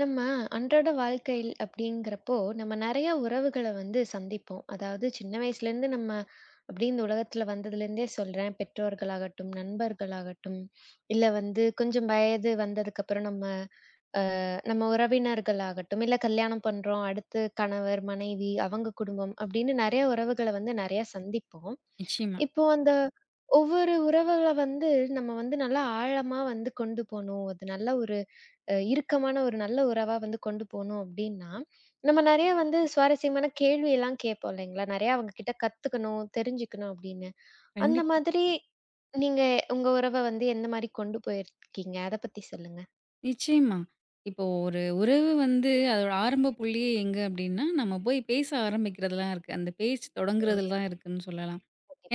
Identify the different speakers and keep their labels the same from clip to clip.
Speaker 1: நம்ம அன்றாட வாழ்க்கையில் அப்படிங்கிறப்போ, நம்ம நெறைய உறவுகள வந்து சந்திப்போம். அதாவது சின்ன வயசுலேருந்து நம்ம அப்படியே இந்த உலகத்துல வந்ததுலேருந்தே சொல்றேன். பெற்றோர்களாகட்டும், நண்பர்களாகட்டும், இல்ல வந்து கொஞ்சம் வயது வந்ததுக்கப்புறம் நம்ம நம்ம உறவினர்களாகட்டும், இல்ல கல்யாணம் பண்றோம். அடுத்து கணவர், மனைவி, அவங்க குடும்பம் அப்படின்னு நெறைய உறவுகள வந்து நெறைய சந்திப்போம்.
Speaker 2: நிச்சயமா.
Speaker 1: இப்போ அந்த ஒவ்வொரு உறவுகள வந்து நம்ம வந்து நல்லா ஆழமா வந்து கொண்டு போணும். அது நல்ல ஒரு இறுக்கமான ஒரு நல்ல உறவா வந்து கொண்டு போணும் அப்டின்னா, நம்ம நெறைய வந்து சுவாரஸ்யமான கேள்வியெல்லாம் கேட்போம் இல்லைங்களா? நெறைய அவங்க கிட்ட கத்துக்கணும், தெரிஞ்சுக்கணும் அப்படின்னு. அந்த
Speaker 2: கண்டிப்பா.
Speaker 1: மாதிரி நீங்க உங்க உறவ வந்து எந்த மாரி கொண்டு போயிருக்கீங்க? அத பத்தி சொல்லுங்க.
Speaker 2: நிச்சயமா. இப்போ ஒரு உறவு வந்து அதோட ஆரம்ப புள்ளியே எங்க அப்டின்னா, நம்ம போய் பேச ஆரம்பிக்கிறதுல தான் இருக்கு. அந்த பேச்சு
Speaker 1: ஆ,
Speaker 2: தொடங்குறதுல தான் இருக்குன்னு சொல்லலாம்.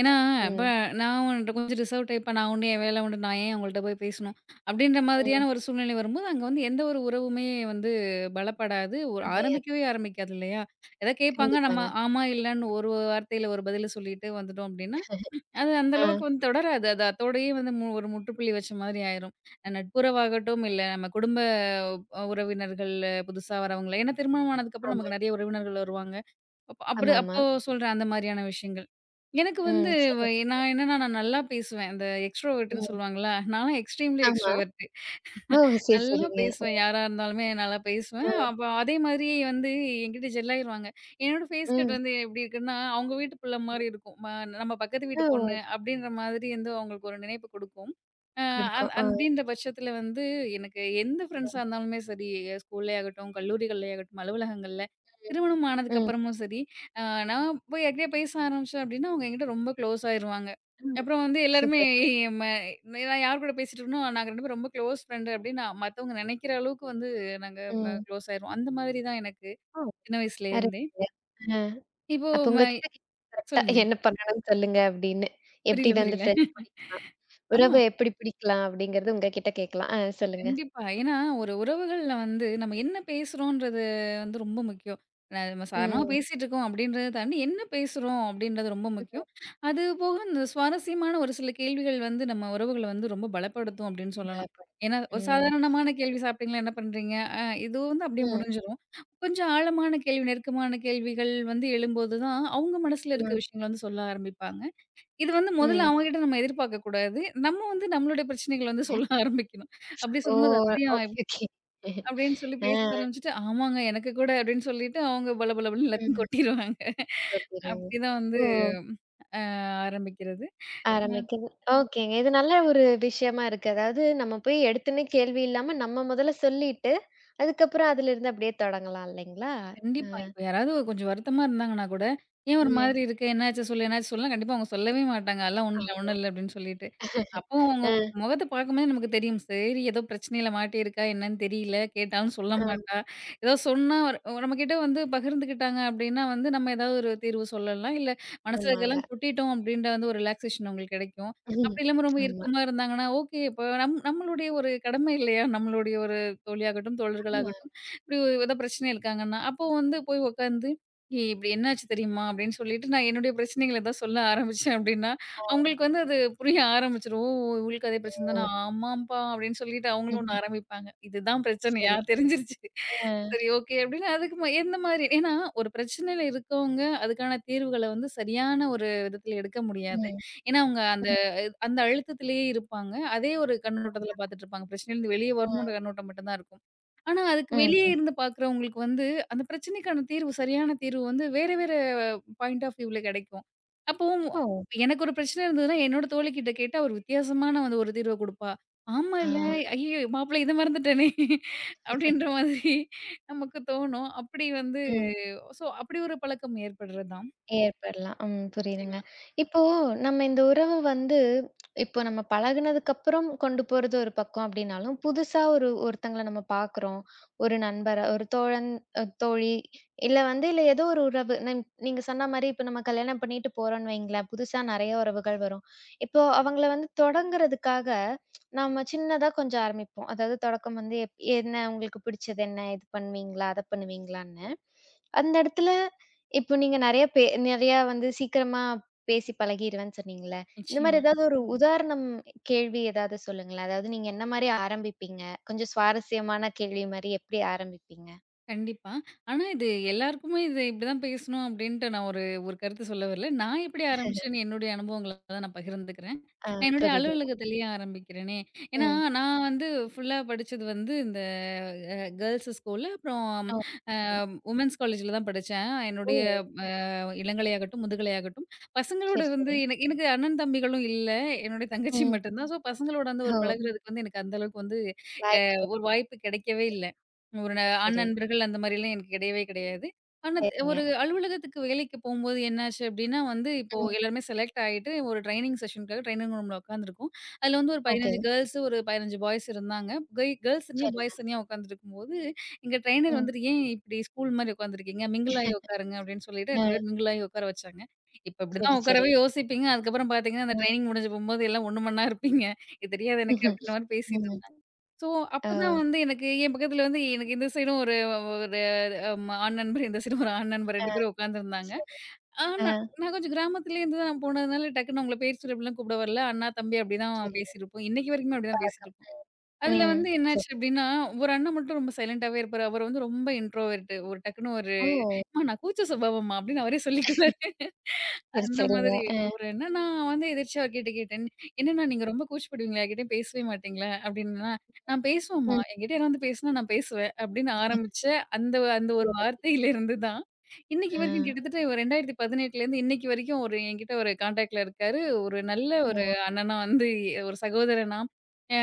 Speaker 2: ஏன்னா, இப்ப
Speaker 1: ம்,
Speaker 2: நான் உன்ட்ட கொஞ்சம் ரிசர்வ் டைப்பா நான் உண்டு, என் வேல உண்டு. நான் ஏன் அவங்கள்ட்ட போய் பேசணும்? அப்டின்ற
Speaker 1: ம்.
Speaker 2: மாதிரியான ஒரு சூழ்நிலை வரும்போது, அங்க வந்து எந்த ஒரு உறவுமே வந்து பலப்படாது. ஒரு ஆரம்பிக்கவே
Speaker 1: அமையாது.
Speaker 2: ஆரம்பிக்காது இல்லையா? ஏதா கேட்பாங்க. நம்ம
Speaker 1: கண்டிப்பாங்க.
Speaker 2: ஆமா, இல்லன்னு ஒரு வார்த்தையில ஒரு பதில சொல்லிட்டு வந்துட்டோம் அப்டின்னா, அது அந்த
Speaker 1: ஆ,
Speaker 2: அளவுக்கு வந்து தொடராது. அது அதோடயே வந்து ஒரு முற்றுப்புள்ளி வச்ச மாதிரி ஆயிரும். நட்புறவாகட்டும், இல்ல நம்ம குடும்ப உறவினர்கள், புதுசா வரவங்கள ஏன்னா திருமணம் ஆனதுக்கப்புறம்
Speaker 1: ஆமா.
Speaker 2: நமக்கு நெறைய உறவினர்கள் வருவாங்க. அப்ப அப்படி
Speaker 1: ஆமாமா.
Speaker 2: அப்போ சொல்றேன் அந்த மாரியான விஷயங்கள். எனக்கு வந்து
Speaker 1: ம். சரி.
Speaker 2: வ நான் என்னன்னா நான் நல்லா பேசுவேன். அந்த எக்ஸ்ட்ரோவெர்ட்ன்னு
Speaker 1: ம்.
Speaker 2: சொல்லுவாங்கல்ல. நான்லாம் எக்ஸ்ட்ரீம்லி
Speaker 1: ஆமா.
Speaker 2: எக்ஸ்ட்ரோவெர்ட்.
Speaker 1: ஓ! சரி,
Speaker 2: நல்லா
Speaker 1: சரிங்க.
Speaker 2: பேசுவேன். யாரா இருந்தாலுமே நல்லா பேசுவேன்.
Speaker 1: ஆ.
Speaker 2: அப்ப அதே மாதிரி வந்து என்கிட்ட ஜெல் ஆயிருவாங்க. என்னோட ஃபேஸ் கட்
Speaker 1: ம்.
Speaker 2: வந்து எப்டி இருக்குன்னா, அவங்க வீட்டு புள்ள மாரி இருக்கும். நம்ம பக்கத்து வீட்டு பொண்ணு
Speaker 1: ஓ!
Speaker 2: அப்டின்ற மாதிரி வந்து அவங்களுக்கு ஒரு நினைப்பு குடுக்கும். அ அந்
Speaker 1: குடுக்கும். ஆ.
Speaker 2: அப்டின்ற பட்சத்துல வந்து எனக்கு எந்த ஃப்ரெண்ட்ஸா இருந்தாலுமே சரி, ஸ்கூல்லே ஆகட்டும், கல்லூரிகள்லே ஆகட்டும், அலுவலகங்கள்ல, திருமணம் ஆனதுக்கு
Speaker 1: ம்.
Speaker 2: அப்புறமும் சரி, அ நான் போய் யார்கிட்டயா பேச ஆரம்பிச்சேன் அப்டின்னா, அவங்க என்கிட்ட ரொம்ப க்ளோஸ் ஆயிருவாங்க.
Speaker 1: ம்.
Speaker 2: அப்புறம் வந்து எல்லாருமே
Speaker 1: சூப்பர்.
Speaker 2: நான் யார் கூட பேசிட்டு இருக்கனோ, நாங்க 2 பேரும் ரொம்ப க்ளோஸ் ஃப்ரெண்டு அப்டின்னு மத்தவங்க நெனைக்கிற அளவுக்கு வந்து நாங்க
Speaker 1: ம்.
Speaker 2: க்ளோஸ் ஆயிருவோம். அந்த மாதிரி தான் எனக்கு
Speaker 1: ஓ!
Speaker 2: சின்ன வயசுலேருந்தே.
Speaker 1: அருமைங்க. ஆ.
Speaker 2: இப்போ
Speaker 1: அப்ப உங்ககிட்ட கரெக்ட்டா
Speaker 2: சொல்லுங்க.
Speaker 1: என்ன பண்ணணும்னு சொல்லுங்க அப்படின்னு. எப்படி
Speaker 2: புரியல,
Speaker 1: வந்து
Speaker 2: புரியல.
Speaker 1: ஃப்ரெண்ட்ஸ் பிடிக்கலாம்?
Speaker 2: ஆமா.
Speaker 1: உறவு எப்படி பிடிக்கலாம்? அப்படிங்கிறது உங்ககிட்ட கேட்கலாம். ஆ, சொல்லுங்க.
Speaker 2: கண்டிப்பா. ஏன்னா, ஒரு உறவுகள்ல வந்து நம்ம என்ன பேசுறோன்றது வந்து ரொம்ப முக்கியம். நம்ம சாதாரணமா
Speaker 1: ம்.
Speaker 2: பேசிட்டுருக்கோம் அப்படின்றத தாண்டி, என்ன பேசுறோம் அப்படின்றது ரொம்ப
Speaker 1: ம்.
Speaker 2: முக்கியம். அது போக இந்த சுவாரஸ்யமான ஒரு சில கேள்விகள் வந்து நம்ம உறவுகள வந்து ரொம்ப பலப்படுத்தும் அப்படின்னு சொல்லலாம்.
Speaker 1: பலப்படுத்து.
Speaker 2: ஏன்னா, ஒரு
Speaker 1: ம்.
Speaker 2: சாதாரணமான
Speaker 1: சரி.
Speaker 2: கேள்வி சாப்பிட்டீங்களா? என்ன பண்றீங்க? இது வந்து அப்படியே
Speaker 1: ம்.
Speaker 2: முடிஞ்சிரும். கொஞ்சம் ஆழமான கேள்வி, நெருக்கமான கேள்விகள் வந்து எழும்போது தான், அவங்க மனசுல இருக்க
Speaker 1: ம்.
Speaker 2: விஷயங்கள வந்து சொல்ல ஆரம்பிப்பாங்க. இது வந்து முதல்ல
Speaker 1: ம்.
Speaker 2: அவங்ககிட்ட நம்ம எதிர்பார்க்கக் கூடாது. நம்ம வந்து நம்மளுடைய பிரச்சனைகள வந்து
Speaker 1: அ.
Speaker 2: சொல்ல ஆரம்பிக்கணும். அப்படி
Speaker 1: ஓ!
Speaker 2: சொல்லும்போது, "அப்படியா?
Speaker 1: ஓகே,
Speaker 2: எப்படி?"
Speaker 1: ஓகே.
Speaker 2: அப்படின்னு சொல்லி பேச
Speaker 1: ஆ.
Speaker 2: ஆரம்பிச்சுட்டு, "ஆமாங்க எனக்கு கூட" அப்படின்னு சொல்லிட்டு அவங்க பலபலபலன்னு எல்லாத்தையும்
Speaker 1: ம்.
Speaker 2: கொட்டிருவாங்க.
Speaker 1: கொட்டிருவாங்க.
Speaker 2: அப்படிதான் வந்து
Speaker 1: ஓ!
Speaker 2: ஆரம்பிக்கிறது. அ
Speaker 1: ஆரம்பிக்குது. ஓகேங்க. இது நல்ல ஒரு விஷயமா இருக்கு. அதாவது நம்ம போய் எடுத்தோனே கேள்வி இல்லாம நம்ம முதல்ல சொல்லிட்டு, அதுக்கப்புறம் அதிலிருந்து அப்படியே தொடங்கலாம் இல்லைங்களா? அ.
Speaker 2: கண்டிப்பா. இப்ப யாராவது கொஞ்சம் வருத்தமா இருந்தாங்கன்னா கூட, "ஏன் ஒரு
Speaker 1: ம்.
Speaker 2: மாதிரி இருக்க? என்னாச்சு சொல்லு? என்னாச்சு சொல்லுனா" கண்டிப்பா அவங்க சொல்லவே மாட்டாங்க. "அதெல்லாம் ஒண்ணும் இல்ல,
Speaker 1: ஆ.
Speaker 2: ஒண்ணும் இல்ல" அப்படின்னு சொல்லிட்டு. அப்போ உங்க
Speaker 1: அ.
Speaker 2: முகத்த பார்க்கும்போதே நமக்கு தெரியும். சரி ஏதோ பிரச்சனையில மாட்டியிருக்கா என்னன்னு தெரியல. கேட்டாலும் சொல்ல
Speaker 1: அ.
Speaker 2: மாட்டா. ஏதோ சொன்னா நம்மகிட்ட வந்து பகிர்ந்துக்கிட்டாங்க அப்டின்னா வந்து நம்ம ஏதாவது ஒரு தீர்வு சொல்லலாம். இல்ல மனசுல
Speaker 1: ஆமாங்க.
Speaker 2: இருக்கதெல்லாம் கொட்டிட்டோம் அப்டின்ற வந்து ஒரு ரிலாக்சேஷன் உங்களுக்கு கிடைக்கும்.
Speaker 1: ம்.
Speaker 2: அப்டி இல்லாம ரொம்ப
Speaker 1: ஆமா,
Speaker 2: இறுக்கமா இருந்தாங்கன்னா, ஓகே இப்ப நம்மளுடைய ஒரு கடமை இல்லையா? நம்மளுடைய ஒரு தோழியாகட்டும்,
Speaker 1: ஆமா.
Speaker 2: தோழர்களாகட்டும் இப்டி ஏதோ பிரச்சனை இருக்காங்கன்னா, அப்போ வந்து போய் உட்காந்து ஏய் இப்டி என்னாச்சு தெரியுமா? அப்டின்னு சொல்லிட்டு நான் என்னுடைய பிரச்சனைகள ஏதாவது சொல்ல ஆரம்பிச்சேன் அப்டின்னா,
Speaker 1: ஓ!
Speaker 2: அவங்களுக்கு வந்து அது புரிய ஆரம்பிச்சுரும். "ஓ! இவளுக்கு அதே பிரச்சனை தானா? ஆமாம்பா" அப்படின்னு சொல்லிட்டு அவங்களும் ஒண்ணு
Speaker 1: ம்ஹ்ம்.
Speaker 2: ஆரம்பிப்பாங்க. இதுதான் பிரச்சனையா?
Speaker 1: சரி, சரி.
Speaker 2: தெரிஞ்சிருச்சு.
Speaker 1: ஆ.
Speaker 2: சரி ஓகே அப்படின்னு அதுக்கு எந்த மாதிரி ஏன்னா ஒரு பிரச்சனையில இருக்கவங்க அதுக்கான தீர்வுகள வந்து சரியான ஒரு விதத்துல எடுக்க முடியாது.
Speaker 1: ம்.
Speaker 2: ஏன்னா அவங்க அந்த
Speaker 1: ம்.
Speaker 2: அந்த அழுத்தத்திலேயே இருப்பாங்க. அதே ஒரு கண்ணோட்டத்துல பார்த்துட்டுருப்பாங்க. பிரச்சனையிலருந்து வெளிய வரணுன்ற
Speaker 1: ம்.
Speaker 2: கண்ணோட்டம் மட்டும் தான் இருக்கும். ஆனா, அதுக்கு வெளியே
Speaker 1: ம்.
Speaker 2: இருந்து பார்க்குறவங்களுக்கு வந்து, அந்த பிரச்சனைக்கான தீர்வு, சரியான தீர்வு வந்து வேற வேற பாயிண்ட் ஆஃப் வியூல கெடைக்கும். அப்போ
Speaker 1: ஓ!
Speaker 2: எனக்கு ஒரு பிரச்சனை இருந்ததுன்னா, என்னோட தோழிகிட்ட கேட்டா, ஒரு வித்தியாசமான வந்து ஒரு தீர்வ குடுப்பா. ஆமா
Speaker 1: ஆ.
Speaker 2: இல்ல, ஐயய்யோ! மாப்பிள இத மறந்துட்டேனே! அப்டின்ற மாதிரி நமக்கு தோணும். அப்படி வந்து
Speaker 1: ம்.
Speaker 2: சோ அப்படி ஒரு பழக்கம் ஏற்படுறது தான்.
Speaker 1: ஏற்படலாம். ம். புரியுதுங்க.
Speaker 2: நிச்சயமா.
Speaker 1: இப்போ நம்ம இந்த உறவு வந்து இப்போ நம்ம பழகுனதுக்கு அப்புறம் கொண்டு போறது ஒரு பக்கம் அப்டின்னாலும், புதுசா ஒரு ஒருத்தங்கள நம்ம பார்க்குறோம். ஒரு நண்பர, ஒரு தோழன், தோழி இல்ல வந்து இல்ல ஏதோ ஒரு உறவு. நீங்க சொன்ன மாரி இப்ப நம்ம கல்யாணம் பண்ணிட்டு போறோம்ன்னு வைங்களேன், புதுசா நெறைய உறவுகள் வரும். இப்போ அவங்கள வந்து தொடங்குறதுக்காக நம்ம சின்னதா கொஞ்சம் ஆரம்பிப்போம். அதாவது தொடக்கம் வந்து என்ன உங்களுக்கு பிடிச்சது என்ன? இது பண்ணுவீங்களா? அத பண்ணுவீங்களான்னு. அந்த இடத்துல இப்போ நீங்க நெறைய வந்து சீக்கிரமா பேசி பழகிருவேன்னு சொன்னீங்கல்ல. இந்த மாரி
Speaker 2: நிச்சயமா.
Speaker 1: ஏதாவது ஒரு உதாரணம் கேள்வி ஏதாவது சொல்லுங்களேன். அதாவது நீங்க என்ன மாரி ஆரம்பிப்பீங்க? கொஞ்சம் சுவாரஸ்யமான கேள்வி மாரி எப்படி ஆரம்பிப்பீங்க?
Speaker 2: கண்டிப்பா. ஆனா, இது எல்லாருக்குமே இது இப்படிதான் பேசணும் அப்படின்ட்டு நான் ஒரு ஒரு கருத்து சொல்ல வரல. நான் எப்படி ஆரம்பிச்சேன்னு என்னுடைய அனுபவங்கள தான் நான் பகிர்ந்துக்கிறேன்.
Speaker 1: ஆ,
Speaker 2: நான் என்னுடைய
Speaker 1: புரியுதுங்க.
Speaker 2: அலுவலகத்திலேயே ஆரம்பிக்கிறேனே. ஏன்னா,
Speaker 1: ம்.
Speaker 2: நான் வந்து ஃபுல்லா படிச்சது வந்து இந்த அ கேர்ல்ஸ் ஸ்கூல்ல, அப்புறம்
Speaker 1: ஓ.
Speaker 2: அ உமென்ஸ் காலேஜ்ல தான் படிச்சேன்.
Speaker 1: ஓ!
Speaker 2: என்னுடைய இளங்கலையாகட்டும், முதுகலையாகட்டும் பசங்களோட
Speaker 1: சரி,
Speaker 2: வந்து
Speaker 1: சரி.
Speaker 2: எனக்கு எனக்கு அண்ணன் தம்பிகளும் இல்ல. என்னுடைய தங்கச்சி
Speaker 1: ம்.
Speaker 2: மட்டும் தான். ஸோ பசங்களோட வந்து ஒரு
Speaker 1: ஓ!
Speaker 2: பழகுறதுக்கு வந்து எனக்கு அந்த அளவுக்கு வந்து அ
Speaker 1: வாய்ப்பு
Speaker 2: ஒரு வாய்ப்பு கிடைக்கவே இல்ல. ஒரு
Speaker 1: கிடைச்சா
Speaker 2: ஆண்
Speaker 1: சரி.
Speaker 2: நண்பர்கள் அந்த மாரிலாம் எனக்கு கிடையவே கிடையாது. ஆனா
Speaker 1: சரிங்க.
Speaker 2: ஒரு அலுவலகத்துக்கு வேலைக்கு போம்போது என்னாச்சு அப்டின்னா வந்து இப்போ
Speaker 1: ம்.
Speaker 2: எல்லாருமே செலக்ட் ஆயிட்டு ஒரு ட்ரெய்னிங் செஷனுக்காக ட்ரெய்னிங் ரூம்ல உட்காந்துருக்கோம். அதுல வந்து ஒரு
Speaker 1: ஓகே.
Speaker 2: 15 கேர்ல்ஸ், ஒரு 15 பாய்ஸ் இருந்தாங்க. கெய் கேர்ல்ஸ் தனியா,
Speaker 1: சரிங்க.
Speaker 2: பாய்ஸ் தனியா உட்காந்துருக்கும்போது எங்க ட்ரெய்னர்
Speaker 1: ம்.
Speaker 2: வந்துட்டு, "ஏன் இப்டி ஸ்கூல் மாரி உட்காந்துருக்கீங்க? மிங்கிள் ஆயி உட்காருங்க" அப்டின்னு சொல்லிட்டு
Speaker 1: ஆ,
Speaker 2: 2 பேரும் மிங்கிள் ஆயி உட்கார வச்சாங்க. இப்ப இப்டிதான்
Speaker 1: சரி, சரி.
Speaker 2: உட்காரவே யோசிப்பீங்க. அதுக்கப்புறம் பார்த்தீங்கன்னா, அந்த
Speaker 1: அ.
Speaker 2: ட்ரெய்னிங் முடிஞ்சு போம்போது எல்லாம் ஒண்ணு மண்ணா இருப்பீங்க. "இது தெரியாது எனக்கு" அப்டின்ற மாரி பேசிட்டு
Speaker 1: ம்.
Speaker 2: இருந்தாங்க. ஸோ, அப்பதான்
Speaker 1: ஓ!
Speaker 2: வந்து எனக்கு என் பக்கத்துல வந்து எனக்கு இந்த சைடும் ஒரு ஒரு ஆண் நண்பர், இந்த சைடும் ஒரு ஆண் நண்பர்
Speaker 1: ஆ,
Speaker 2: 2 பேரும் உட்காந்துருந்தாங்க.
Speaker 1: சரி.
Speaker 2: ஆ
Speaker 1: ஆ,
Speaker 2: நான் நான் கொஞ்சம் கிராமத்துலேருந்து தான் போனதுனால, டக்குன்னு அவங்கள பேர் சொல்லி அப்டிலாம் கூப்பிட வரல. அண்ணா, தம்பி அப்டிதான்
Speaker 1: சரிங்க.
Speaker 2: பேசிருப்போம். இன்னைக்கு வரைக்குமே அப்டிதான்
Speaker 1: பழக்கம்.
Speaker 2: பேசிட்டுருப்போம்.
Speaker 1: ம்.
Speaker 2: அதுல
Speaker 1: ம்.
Speaker 2: வந்து என்னாச்சு
Speaker 1: சரி.
Speaker 2: அப்டின்னா, ஒரு அண்ணன் மட்டும் ரொம்ப சைலன்ட்டாவே இருப்பாரு. அவர் வந்து ரொம்ப இன்ட்ரோவெர்ட்டு. ஒரு டக்குனு ஒரு
Speaker 1: ஓ!
Speaker 2: "அம்மா நான் கூச்ச சுபாவம்மா" அப்படின்னு அவரே சொல்லிக்குவாரு.
Speaker 1: சரி,
Speaker 2: அந்த
Speaker 1: சரிங்க.
Speaker 2: மாதிரி
Speaker 1: அ,
Speaker 2: ஒரு என்னன்னா வந்து எதிர்ச்சியா அவர்கிட்ட கேட்டேன். "என்னண்ணா நீங்க ரொம்ப கூச்சப்படுவீங்களா? யார்கிட்டயும் பேசவே மாட்டீங்களா?" அப்படின்னா, "நான் பேசுவேன்ம்மா.
Speaker 1: ம்.
Speaker 2: என்கிட்ட யாராவது வந்து பேசினா நான் பேசுவேன்" அப்படின்னு ஆரம்பிச்ச அந்த அந்த ஒரு
Speaker 1: சரி.
Speaker 2: வார்த்தையிலிருந்து தான், இன்னைக்கு
Speaker 1: ஆ.
Speaker 2: வரைக்கும் கிட்டத்தட்ட ஒரு 2018லேருந்து இன்னைக்கு வரைக்கும் ஒரு என்கிட்ட ஒரு கான்டாக்ட்ல இருக்காரு. ஒரு நல்ல ஒரு
Speaker 1: ஓ!
Speaker 2: அண்ணனா வந்து ஒரு சகோதரனா. அ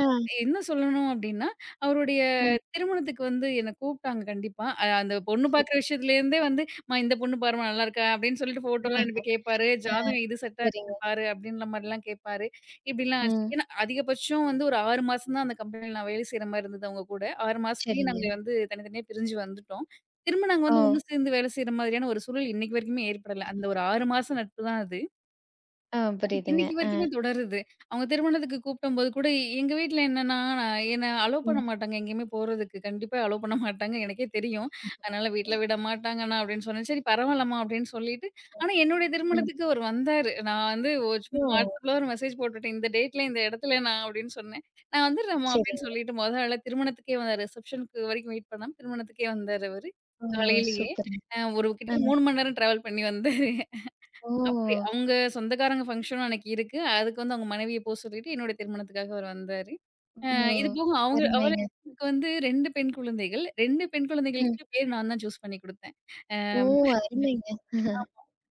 Speaker 1: ஆ.
Speaker 2: என்ன சொல்லணும் அப்டின்னா, அவருடைய
Speaker 1: ம்.
Speaker 2: திருமணத்துக்கு வந்து என்ன கூப்ட்டாங்க கண்டிப்பா. அந்த பொண்ணு
Speaker 1: சரி.
Speaker 2: பாக்குற விஷயத்துலேருந்தே வந்து, "அம்மா இந்த பொண்ணு பாரும்மா நல்லாருக்கா" அப்படின்னு சொல்லிட்டு
Speaker 1: அ,
Speaker 2: ஃபோட்டோலாம் அனுப்பி கேட்பாரு.
Speaker 1: ஆ.
Speaker 2: "ஜாதகம் இது செட்டா இருக்குது
Speaker 1: சரிங்க.
Speaker 2: பாரு" அப்படின்ற மாரிலாம் கேட்பாரு. இப்படிலாம் ஆச்சு.
Speaker 1: ம்.
Speaker 2: ஏன்னா அதிகபட்சம் வந்து ஒரு 6 மாசம் தான் அந்த கம்பெனில நான் வேலை செய்ற மாரி இருந்தது அவங்க கூட. 6 மாசத்துலயே
Speaker 1: சரிங்க.
Speaker 2: நாங்க வந்து தனித்தனியா பிரிஞ்சு வந்துட்டோம். திரும்ப நாங்க
Speaker 1: ஓ!
Speaker 2: வந்து ஒண்ணு சேர்ந்து வேலை செய்ற மாதிரியான ஒரு சூழல் இன்னைக்கு வரைக்குமே ஏற்படல. அந்த ஒரு 6 மாசம் நட்பு தான் அது.
Speaker 1: ஆ,
Speaker 2: அது
Speaker 1: புரியுதுங்க.
Speaker 2: இன்னைக்கு
Speaker 1: ஆ.
Speaker 2: வரைக்குமே தொடருது. அவங்க திருமணத்துக்கு கூப்பிட்டம்போது கூட எங்க வீட்ல என்னன்னா, நான் என்ன அலோவ் பண்ண
Speaker 1: ம்.
Speaker 2: மாட்டாங்க எங்கேயுமே போறதுக்கு. கண்டிப்பா அலோவ் பண்ண மாட்டாங்க. எனக்கே தெரியும். அதனால வீட்ல விட மாட்டாங்கண்ணா அப்படின்னு சொன்னேன். சரி பரவாயில்லம்மா அப்படின்னு சொல்லிட்டு, ஆனா என்னுடைய
Speaker 1: ம்.
Speaker 2: திருமணத்துக்கு அவர் வந்தாரு. நான் வந்து சும்மா
Speaker 1: ஓ!
Speaker 2: WhatsAppல ஒரு மெசேஜ் போட்டுட்டேன். இந்த டேட்ல இந்த இடத்துல நான் அப்படின்னு சொன்னேன். நான் வந்துடுறேம்மா அப்படின்னு
Speaker 1: சரிங்க.
Speaker 2: சொல்லிட்டு மொத ஆளா திருமணத்துக்கே வந்தாரு. ரிசப்ஷனுக்கு வரைக்கும் வெயிட் பண்ணாம திருமணத்துக்கே வந்தாரு அவரு.
Speaker 1: ஓ!
Speaker 2: காலையிலேயே.
Speaker 1: சூப்பருங்க.
Speaker 2: ஒரு
Speaker 1: ஆ.
Speaker 2: கிட்டத்தட்ட 3 மணி நேரம் டிராவல் பண்ணி வந்தாரு.
Speaker 1: ஓ!
Speaker 2: அப்படி அவங்க சொந்தக்காரங்க ஃபங்ஷனும் அன்னைக்கு இருக்கு. அதுக்கு வந்து அவங்க மனைவிய போ சொல்லிட்டு, என்னோட திருமணத்துக்காக அவர் வந்தாரு. அ
Speaker 1: ஓ!
Speaker 2: இது போக அவங்க அவருக்கு
Speaker 1: அருமைங்க.
Speaker 2: வந்து 2 பெண் குழந்தைகள். 2 பெண்
Speaker 1: ம்.
Speaker 2: குழந்தைகளுக்குமே பேர் நான் தான் சூஸ் பண்ணி குடுத்தேன்.
Speaker 1: ஓ! அருமைங்க.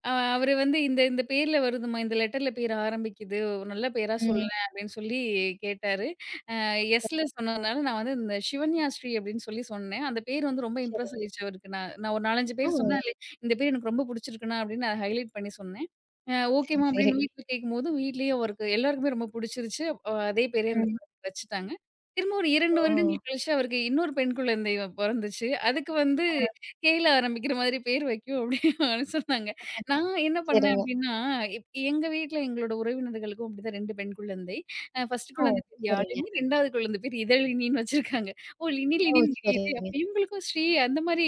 Speaker 2: அவரு வந்து இந்த இந்த பேர்ல வருதும்மா, இந்த லெட்டர்ல பேர் ஆரம்பிக்குது. ஒரு நல்ல பேரா
Speaker 1: ம்.
Speaker 2: சொல்லேன் அப்படின்னு சொல்லி கேட்டாரு. அ எஸ்ல சொன்னதுனால நான் வந்து இந்த சிவன்யாஸ்ரீ அப்படின்னு சொல்லி சொன்னேன். அந்த பேர் வந்து ரொம்ப இம்ப்ரெஸ்
Speaker 1: சரிங்க.
Speaker 2: ஆயிடுச்சு அவருக்கு. நான் நான் ஒரு 4, 5
Speaker 1: ஓ!
Speaker 2: பேர் சொன்னேன். அதுல இந்த பேர் எனக்கு ரொம்ப புடிச்சிருக்குண்ணா அப்படின்னு நான் ஹைலைட் பண்ணி சொன்னேன்.
Speaker 1: சரி,
Speaker 2: ஓகேம்மா
Speaker 1: சரி.
Speaker 2: அப்படின்னு வீட்ல கேட்கும்போது, வீட்லயும் அவருக்கு எல்லாருக்குமே ரொம்ப புடிச்சிருச்சு. அதே பேரே அந்த
Speaker 1: ம்.
Speaker 2: குழந்தைக்கு வச்சுட்டாங்க. திரும்ப ஒரு 2
Speaker 1: ஓ!
Speaker 2: வருடங்கள் கழிச்சு அவருக்கு இன்னொரு பெண் குழந்தை பொறந்துச்சு. அதுக்கு வந்து
Speaker 1: ஆ,
Speaker 2: கேல ஆரம்பிக்கிற மாதிரி பேர் வைக்கும் அப்படின்னு சொன்னாங்க. நான் என்ன பண்ணேன்
Speaker 1: சரிங்க.
Speaker 2: அப்டின்னா, எங்க வீட்ல எங்களோட உறவினர்களுக்கும் அப்படிதான் 2 பெண் குழந்தை. 1
Speaker 1: ஓ!
Speaker 2: குழந்தை பேர்
Speaker 1: சரிங்க.
Speaker 2: யாழினி, 2வது குழந்தை பேர் இதழினின்னு வச்சிருக்காங்க. ஓ! லினி
Speaker 1: ஓ!
Speaker 2: லினின்னு விரியுது. அப்ப
Speaker 1: சரிங்க.
Speaker 2: இவங்களுக்கும் ஸ்ரீ அந்த மாரி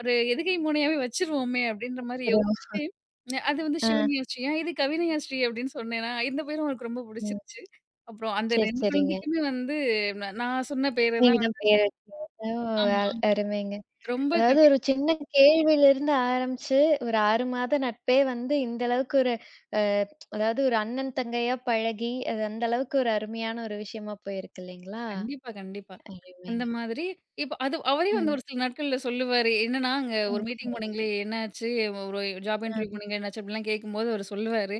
Speaker 2: ஒரு எதுகை மோனையாவே வச்சுருவோமே அப்படின்ற மாரி
Speaker 1: சரி.
Speaker 2: யோசிச்சு, அது வந்து
Speaker 1: ஆ.
Speaker 2: சிவன்யா ஸ்ரீ "ஏன் இது கவினயா ஸ்ரீ" அப்படின்னு சொன்னேனா, இந்த பேரும் அவருக்கு ரொம்ப
Speaker 1: ம்.
Speaker 2: புடிச்சிருச்சு. அப்புறம் அந்த
Speaker 1: சரி,
Speaker 2: 2
Speaker 1: சரிங்க.
Speaker 2: குழந்தைக்குமே வந்து நான் சொன்ன பேர
Speaker 1: நீங்க
Speaker 2: தான்.
Speaker 1: தான் பேர ஓ! அ,
Speaker 2: ஆமா.
Speaker 1: அருமைங்க.
Speaker 2: ரொம்ப
Speaker 1: அதாவது ஒரு சின்ன கேள்வியிலிருந்து ஆரம்பிச்சு, ஒரு 6 மாத நட்பே வந்து இந்த அளவுக்கு ஒரு அ அதாவது ஒரு அண்ணன் தங்கையா பழகி, அது அந்த அளவுக்கு ஒரு அருமையான ஒரு விஷயமா போயிருக்கு இல்லைங்களா?
Speaker 2: கண்டிப்பா, கண்டிப்பா. அந்த
Speaker 1: அருமைங்க.
Speaker 2: மாதிரி இப்ப அது அவரே வந்து
Speaker 1: ம்.
Speaker 2: ஒரு சில நாட்கள்ல சொல்லுவாரு. என்னன்னா, அங்க ஒரு
Speaker 1: ம்.
Speaker 2: மீட்டிங்
Speaker 1: சரி.
Speaker 2: போனீங்களே என்னாச்சு? ஒரு ஜாப்
Speaker 1: ஆ.
Speaker 2: இன்டர்வியூ போனீங்க என்னாச்சு? அப்படிலாம் கேட்கும்போது அவரு சொல்லுவாரு.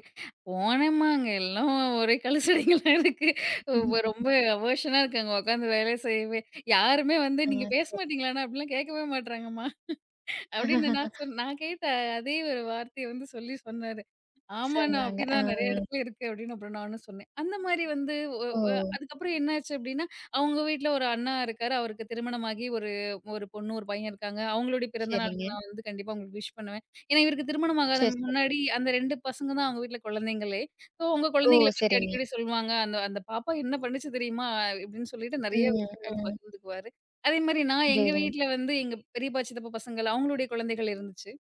Speaker 2: போனேமாங்க எல்லாம் ஒரே கழுசடிகளா இருக்கு. ரொம்ப அவர்ஷனா இருக்கு அங்க உட்காந்து வேலை செய்யவே. யாருமே வந்து
Speaker 1: ஆ,
Speaker 2: நீங்க பேச
Speaker 1: சரி.
Speaker 2: மாட்டீங்களாண்ணா? அப்படிலாம் கேட்கவே மாட்றாங்கம்மா. அப்படின்னு நான் கேட்ட அதே ஒரு வார்த்தைய வந்து சொல்லி சொன்னாரு. ஆமாண்ணா,
Speaker 1: சொன்னாங்க. ஆ.
Speaker 2: அப்படிதான் நெறைய இடத்துல இருக்கு அப்படின்னு அப்புறம் நானும் சொன்னேன். அந்த மாரி வந்து ஒ
Speaker 1: ஓ!
Speaker 2: ஒ அதுக்கப்புறம் என்னாச்சு அப்படின்னா, அவங்க வீட்ல ஒரு அண்ணா இருக்காரு. அவருக்கு திருமணமாகி ஒரு ஒரு பொண்ணு, ஒரு பையன் இருக்காங்க. அவங்களுடைய பிறந்த
Speaker 1: சரிங்க.
Speaker 2: நாளுக்கு நான் வந்து கண்டிப்பா அவங்களுக்கு விஷ் பண்ணுவேன். ஏன்னா இவருக்கு திருமணம் ஆகாத
Speaker 1: சரி, சரிங்க.
Speaker 2: முன்னாடி அந்த 2 பசங்க தான் அவங்க வீட்ல குழந்தைங்களே. ஸோ அவங்க
Speaker 1: ஓ!
Speaker 2: குழந்தைங்கள பத்தி
Speaker 1: சரிங்க.
Speaker 2: அடிக்கடி சொல்லுவாங்க. அந்த அந்த பாப்பா என்ன பண்ணுச்சு தெரியுமா? இப்படின்னு சொல்லிட்டு நெறைய
Speaker 1: ம்,
Speaker 2: விஷயங்கள் வந்து
Speaker 1: ம்.
Speaker 2: பகிர்ந்துக்குவாரு. அதேமாரி நான் எங்க
Speaker 1: புரியுதுங்க.
Speaker 2: வீட்ல வந்து எங்க பெரியப்பா, சித்தப்பா பசங்கள் அவங்களுடைய குழந்தைகள் இருந்துச்சு.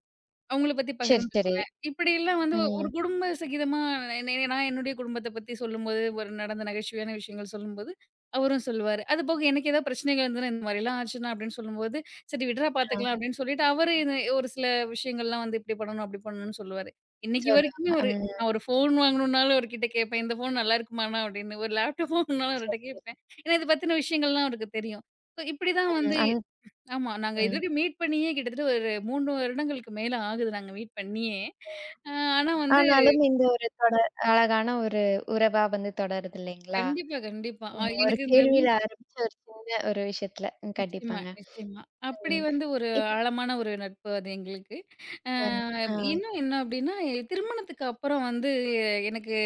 Speaker 2: அவங்கள பத்தி
Speaker 1: சரி, சரி.
Speaker 2: பகிர்ந்துக்குவேன். இப்படியெல்லாம் வந்து
Speaker 1: ம்.
Speaker 2: ஒரு குடும்ப சகிதமா ந ந நான் என்னுடைய குடும்பத்த பத்தி சொல்லும்போது, ஒரு நடந்த நகைச்சுவையான விஷயங்கள் சொல்லும்போது, அவரும் சொல்லுவாரு. அது போக எனக்கு ஏதாவது பிரச்சனைகள் இருந்ததுன்னா, இந்த மாரிலாம் ஆச்சுன்னா அப்படின்னு சொல்லும்போது, சரி விடுடா பார்த்துக்கலாம்
Speaker 1: ஆ,
Speaker 2: அப்படின்னு சொல்லிட்டு, அவரு இது ஒரு சில விஷயங்கள்லாம் வந்து இப்படி பண்ணணும், அப்படி பண்ணணும்னு சொல்லுவாரு. இன்னைக்கு வரைக்குமே
Speaker 1: சொல்லுவாங்க.
Speaker 2: ஒரு
Speaker 1: ம்.
Speaker 2: நான் ஒரு ஃபோன் வாங்கணும்னாலும் அவர்கிட்ட கேட்பேன். இந்த ஃபோன் நல்லா இருக்குமாண்ணா அப்படின்னு. ஒரு லேப்டாப் வாங்கணும்னாலும்
Speaker 1: சரி,
Speaker 2: அவர்ட்ட
Speaker 1: சரி.
Speaker 2: கேட்பேன். ஏன்னா இத பத்தின விஷயங்கள்லாம் அவருக்கு தெரியும். ஸோ இப்படிதான் வந்து
Speaker 1: ம்.
Speaker 2: ஆமா. நாங்க
Speaker 1: ம்.
Speaker 2: இதுவரைக்கும் மீட் பண்ணியே கிட்டத்தட்ட ஒரு 3 வருடங்களுக்கு மேல ஆகுது நாங்க மீட் பண்ணியே. அ ஆனா வந்து
Speaker 1: ஆனாலும் இந்த ஒரு தொடர் அழகான ஒரு உறவா வந்து தொடருது இல்லைங்களா?
Speaker 2: கண்டிப்பா, கண்டிப்பா.
Speaker 1: ம். ஒரு
Speaker 2: எனக்கு இந்த
Speaker 1: கேள்வியில ஆரம்பிச்ச ஒரு சின்ன ஒரு விஷயத்துல. ம்,
Speaker 2: நிச்சயமா,
Speaker 1: கண்டிப்பாங்க.
Speaker 2: நிச்சயமா. அப்படி
Speaker 1: ம்.
Speaker 2: வந்து ஒரு
Speaker 1: இப்ப
Speaker 2: ஆழமான ஒரு நட்பு அது எங்களுக்கு. அ
Speaker 1: வந்து ஆ,
Speaker 2: இன்னும் என்ன அப்படின்னா, திருமணத்துக்கு அப்புறம் வந்து எனக்கு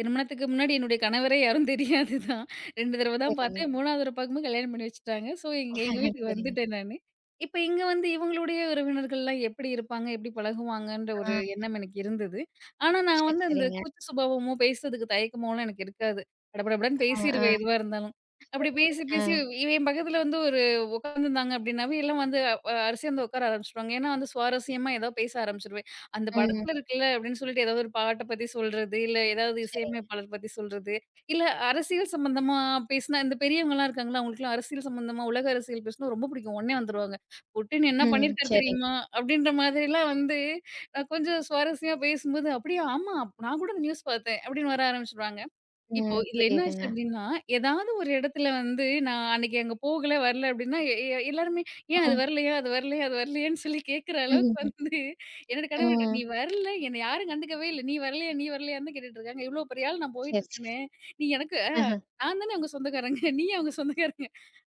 Speaker 2: திருமணத்துக்கு முன்னாடி என்னுடைய கணவரே யாரும் தெரியாது தான். 2 தடவ தான்
Speaker 1: சரிங்க.
Speaker 2: பார்த்தேன். 3வது தடவ பார்க்கும்போது கல்யாணம் பண்ணி வச்சுட்டாங்க. ஸோ எங்க எங்க வீட்டுக்கு
Speaker 1: சரிங்க.
Speaker 2: வந்துட்டேன் நானு. இப்ப இங்க வந்து இவங்களுடைய உறவினர்கள்லாம் எப்படி இருப்பாங்க, எப்படி பழகுவாங்கன்ற
Speaker 1: ஆ,
Speaker 2: ஒரு எண்ணம் எனக்கு இருந்தது. ஆனா நான்
Speaker 1: சரி,
Speaker 2: வந்து அந்த
Speaker 1: சரிங்க.
Speaker 2: கூச்ச சுபாவமோ, பேசுறதுக்கு தயக்கமோலாம் எனக்கு இருக்காது. படபடபடன்னு
Speaker 1: ஆ, ஆ,
Speaker 2: பேசிருவேன் எதுவா இருந்தாலும். அப்படி
Speaker 1: சரிங்க.
Speaker 2: பேசி
Speaker 1: ஆ.
Speaker 2: பேசி இவ என் பக்கத்துல வந்து ஒரு உட்காந்துருந்தாங்க அப்டின்னாவே, எல்லாம் வந்து அரிசி வந்து உட்கார ஆரம்பிச்சுருவாங்க. ஏன்னா வந்து சுவாரஸ்யமா ஏதோ பேச ஆரம்பிச்சுருவேன். அந்த
Speaker 1: ம்.
Speaker 2: படத்துல இருக்குல்ல அப்டின்னு சொல்லிட்டு ஏதாவது ஒரு பாட்ட பத்தி சொல்றது, இல்ல ஏதாவது
Speaker 1: சரிங்க.
Speaker 2: இசையமைப்பாளர் பத்தி சொல்றது, இல்ல அரசியல் சம்மந்தமா பேசினா இந்த பெரியவங்கலாம் இருக்காங்கல்ல, அவங்களுக்குலாம் அரசியல் சம்மந்தமா, உலக அரசியல் பேசினா ரொம்ப பிடிக்கும். உடனே வந்துருவாங்க. "புட்டின் என்ன
Speaker 1: ம்.
Speaker 2: பண்ணியிருக்காரு
Speaker 1: சரிங்க.
Speaker 2: தெரியுமா?" அப்டின்ற மாதிரிலாம் வந்து கொஞ்சம் சுவாரஸ்யமா பேசும்போது, "அப்படியா? ஆமா, நான் கூட அந்த நியூஸ் பார்த்தேன்" அப்டின்னு வர ஆரம்பிச்சுருவாங்க. இப்போ
Speaker 1: ம்.
Speaker 2: இதுல என்ன ஆச்சு
Speaker 1: புரியுதுங்க.
Speaker 2: அப்டின்னா, ஏதாவது ஒரு இடத்துல வந்து நான் அன்னைக்கு அங்க போகல, வரல அப்டின்னா, எ எ எல்லாருமே "ஏன் அது
Speaker 1: ம்.
Speaker 2: வரலையா? அது வரலையா? அது வரலையான்னு?" சொல்லி கேட்குற அளவுக்கு
Speaker 1: ம். ம்.
Speaker 2: வந்து என்னோட கணவர்ட்ட "நீ
Speaker 1: ம்,
Speaker 2: வரல, என்ன யாரும் கண்டுக்கவே இல்ல. நீ வரலையா? நீ வரலையான்னு தான் கேட்டுட்டு இருக்காங்க. இவ்ளோ பெரிய ஆள் நான்
Speaker 1: சரி, சரி.
Speaker 2: போயிட்டுருக்கேனே, நீ எனக்கு நான் தானே அவங்க சொந்தக்காரங்க, நீ ஏன் அவங்க சொந்தக்காரங்க?"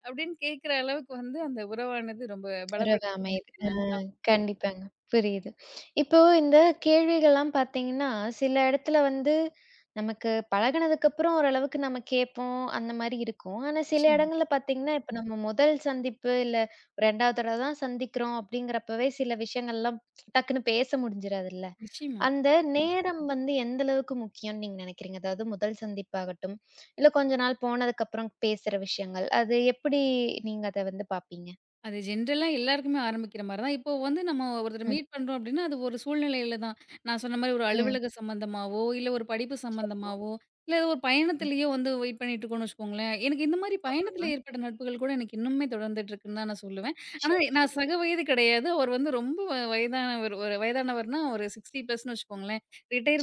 Speaker 2: அப்டின்னு கேட்குற அளவுக்கு வந்து அந்த உறவானது ரொம்ப
Speaker 1: உறவு
Speaker 2: பலப்படுத்துச்சு.
Speaker 1: அமையுது. அ, கண்டிப்பாங்க. புரியுது. இப்போ இந்த கேள்விகள்லாம் பார்த்தீங்கன்னா, சில இடத்துல வந்து நமக்கு பழகுனதுக்கு அப்புறம் ஓரளவுக்கு நம்ம கேட்போம். அந்த மாரி இருக்கும். ஆனா சில
Speaker 2: நிச்சயமா,
Speaker 1: இடங்கள்ல பார்த்தீங்கன்னா, இப்ப நம்ம முதல் சந்திப்பு இல்ல 2வது தடவ தான் சந்திக்கிறோம் அப்படிங்கிறப்பவே சில விஷயங்கள்லாம் டக்குன்னு பேச முடிஞ்சிராதுல்ல.
Speaker 2: நிச்சயமா.
Speaker 1: அந்த நேரம் வந்து எந்த அளவுக்கு முக்கியம்னு நீங்க நினைக்கிறீங்க? அதாவது முதல் சந்திப்பாகட்டும், இல்ல கொஞ்ச நாள் போனதுக்கப்புறம் பேசுற விஷயங்கள். அது எப்படி நீங்க அத வந்து பார்ப்பீங்க?
Speaker 2: அது ஜென்ரலா எல்லாருக்குமே ஆரம்பிக்கிற மாரி தான். இப்போ வந்து நம்ம ஒருத்தர
Speaker 1: ம்.
Speaker 2: மீட் பண்றோம் அப்டின்னா, அது ஒரு சூழ்நிலையில தான். நான் சொன்ன மாரி ஒரு
Speaker 1: ம்.
Speaker 2: அலுவலக சம்மந்தமாவோ, இல்ல ஒரு படிப்பு
Speaker 1: சரிங்க.
Speaker 2: சம்மந்தமாவோ, இல்ல ஏதோ ஒரு
Speaker 1: ம்.
Speaker 2: பயணத்திலேயோ வந்து வெயிட் பண்ணிட்டுருக்கோம்னு வச்சுக்கோங்களேன். எனக்கு இந்த மாரி
Speaker 1: ஆமாங்க.
Speaker 2: பயணத்தில ஏற்பட்ட நட்புகள் கூட எனக்கு இன்னுமே தொடர்ந்துட்டு இருக்குன்னு தான் நான் சொல்லுவேன். ஆனா
Speaker 1: சரி,
Speaker 2: நான்
Speaker 1: சரி.
Speaker 2: சக வயது கிடையாது. அவர் வந்து ரொம்ப வயதானவர் ஒரு வயதானவர்னா ஒரு 60 பிளஸ்ன்னு வச்சுக்கோங்களேன்.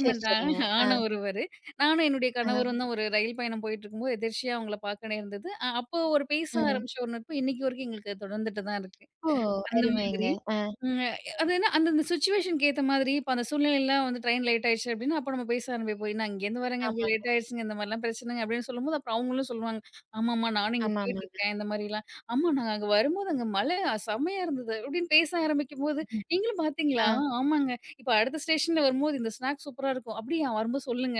Speaker 1: சரி, சரிங்க. ஆ,
Speaker 2: ஆன ஒருவரு. நானும் என்னுடைய
Speaker 1: ஆ,
Speaker 2: கணவரும் தான் ஒரு ரயில் பயணம் போயிட்டுருக்கும்போது எதிர்ச்சியா அவங்கள பார்க்க நேர்ந்தது. அப்போ ஒரு பேச
Speaker 1: ம்.
Speaker 2: ஆரம்பிச்ச ஒரு நட்பு இன்னைக்கு வரைக்கும் எங்களுக்கு தொடர்ந்துட்டு தான் இருக்கு.
Speaker 1: ஓ!
Speaker 2: அந்த
Speaker 1: அருமைங்க.
Speaker 2: மாதிரி.
Speaker 1: ஆ,
Speaker 2: ம் அது என்ன அந்தந்த சிச்சுவேஷனுக்கு ஏத்த மாதிரி, இப்ப அந்த சூழ்நிலையில வந்து ட்ரெயின் லேட் ஆயிடுச்சு அப்டின்னா, அப்ப நம்ம பேச ஆரம்பிப்போம். "நான் இங்கேருந்து வரேங்க, இப்டி
Speaker 1: ஆமா,
Speaker 2: லேட் ஆயிடுச்சுங்க, இந்த மாரிலாம் பிரச்சனைங்க" அப்படின்னு சொல்லும்போது, அப்புறம் அவங்களும் சொல்லுவாங்க. "ஆமாம்மா, நானும் இங்க
Speaker 1: ஆமா, ஆமா.
Speaker 2: போயிட்டுருக்கேன், இந்த மாரிலாம். ஆமா நாங்க அங்க வரும்போது அங்க மழை செம்மையா இருந்தது" அப்படின்னு பேச ஆரம்பிக்கும்போது,
Speaker 1: ம்.
Speaker 2: "நீங்களும் பார்த்தீங்களா?
Speaker 1: ஆ,
Speaker 2: ஆ ஆமாங்க. இப்ப அடுத்த ஸ்டேஷன்ல வரும்போது இந்த ஸ்நாக்ஸ் சூப்பரா இருக்கும். அப்படியா? வரும்போது சொல்லுங்க."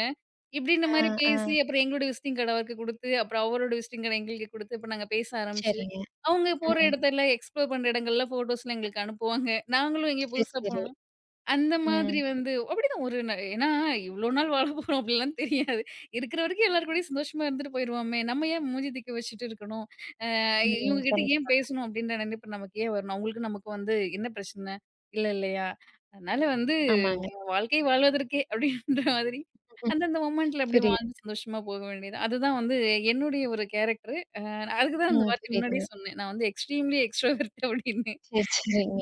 Speaker 2: இப்படின்ற
Speaker 1: ஆ,
Speaker 2: மாரி
Speaker 1: ஆ.
Speaker 2: பேசி, அப்புறம் எங்களோட விசிட்டிங் கார்டு அவருக்கு குடுத்து, அப்புறம் அவரோட விசிட்டிங் கார்டு எங்களுக்கு குடுத்து, இப்ப நாங்க பேச ஆரம்பிச்சு
Speaker 1: சரிங்க.
Speaker 2: அவங்க போற
Speaker 1: ம்.
Speaker 2: இடத்துல எக்ஸ்ப்ளோர் பண்ற இடங்கள்ல ஃபோட்டோஸ்லாம் எங்களுக்கு அனுப்புவாங்க. நாங்களும் எங்கேயோ
Speaker 1: சரி,
Speaker 2: புதுசா
Speaker 1: சரி.
Speaker 2: போனோம். அந்த மாதிரி
Speaker 1: ம்,
Speaker 2: வந்து அப்படிதான் ஒரு ஏன்னா இவ்ளோ நாள் வாழ போறோம் அப்படிலாம் தெரியாது. இருக்கிற வரைக்கும் எல்லார் கூடயும் சந்தோஷமா இருந்துட்டு போயிருவோமே! நம்ம ஏன் மூஞ்சி தூக்கி வச்சுட்டு இருக்கணும்? அ
Speaker 1: ம்.
Speaker 2: இவங்க கிட்ட ஏன்
Speaker 1: கண்டிப்பா.
Speaker 2: பேசணும் அப்படின்ற நினைப்பு நமக்கு ஏன் வரணும்? அவங்களுக்கும் நமக்கும் வந்து என்ன பிரச்சனை? இல்ல இல்லையா? அதனால வந்து
Speaker 1: ஆமாங்க.
Speaker 2: வாழ்க்கை வாழ்வதற்கே அப்படின்ற மாதிரி
Speaker 1: ம்.
Speaker 2: அந்தந்த மொமெண்ட்ல அப்படி
Speaker 1: புரியுது.
Speaker 2: வாழ்ந்து சந்தோஷமா போக வேண்டியது தான். அதுதான் வந்து என்னுடைய ஒரு கேரக்டர். நான் அதுக்கு தான் இந்த
Speaker 1: ம்.
Speaker 2: வாட்டி முன்னாடியே
Speaker 1: புரியுதுங்க.
Speaker 2: சொன்னேன். நான் வந்து எக்ஸ்ட்ரீம்லி எக்ஸ்ட்ரோவெர்ட் அப்படின்னு.
Speaker 1: சரி, சரிங்க.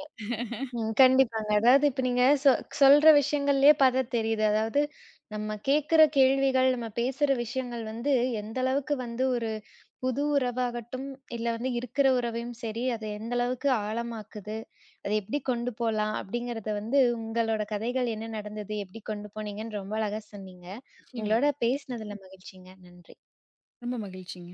Speaker 1: ம். கண்டிப்பாங்க. அதாவது இப்ப நீங்க சொல்ற விஷயங்கள்லயே பார்த்தா தெரியுது. அதாவது நம்ம கேட்கிற கேள்விகள், நம்ம பேசுற விஷயங்கள் வந்து எந்த அளவுக்கு வந்து ஒரு புது உறவாகட்டும், இல்ல வந்து இருக்கிற உறவையும் சரி, அது எந்த அளவுக்கு ஆழமாக்குது? அத எப்படி கொண்டு போலாம்? அப்படிங்கிறத வந்து உங்களோட கதைகள் என்ன நடந்தது? எப்படி கொண்டு போனீங்கன்னு ரொம்ப அழகா சொன்னீங்க.
Speaker 2: நிச்சயமா.
Speaker 1: உங்களோட பேசினதுல மகிழ்ச்சிங்க. நன்றி.
Speaker 2: ரொம்ப மகிழ்ச்சிங்க.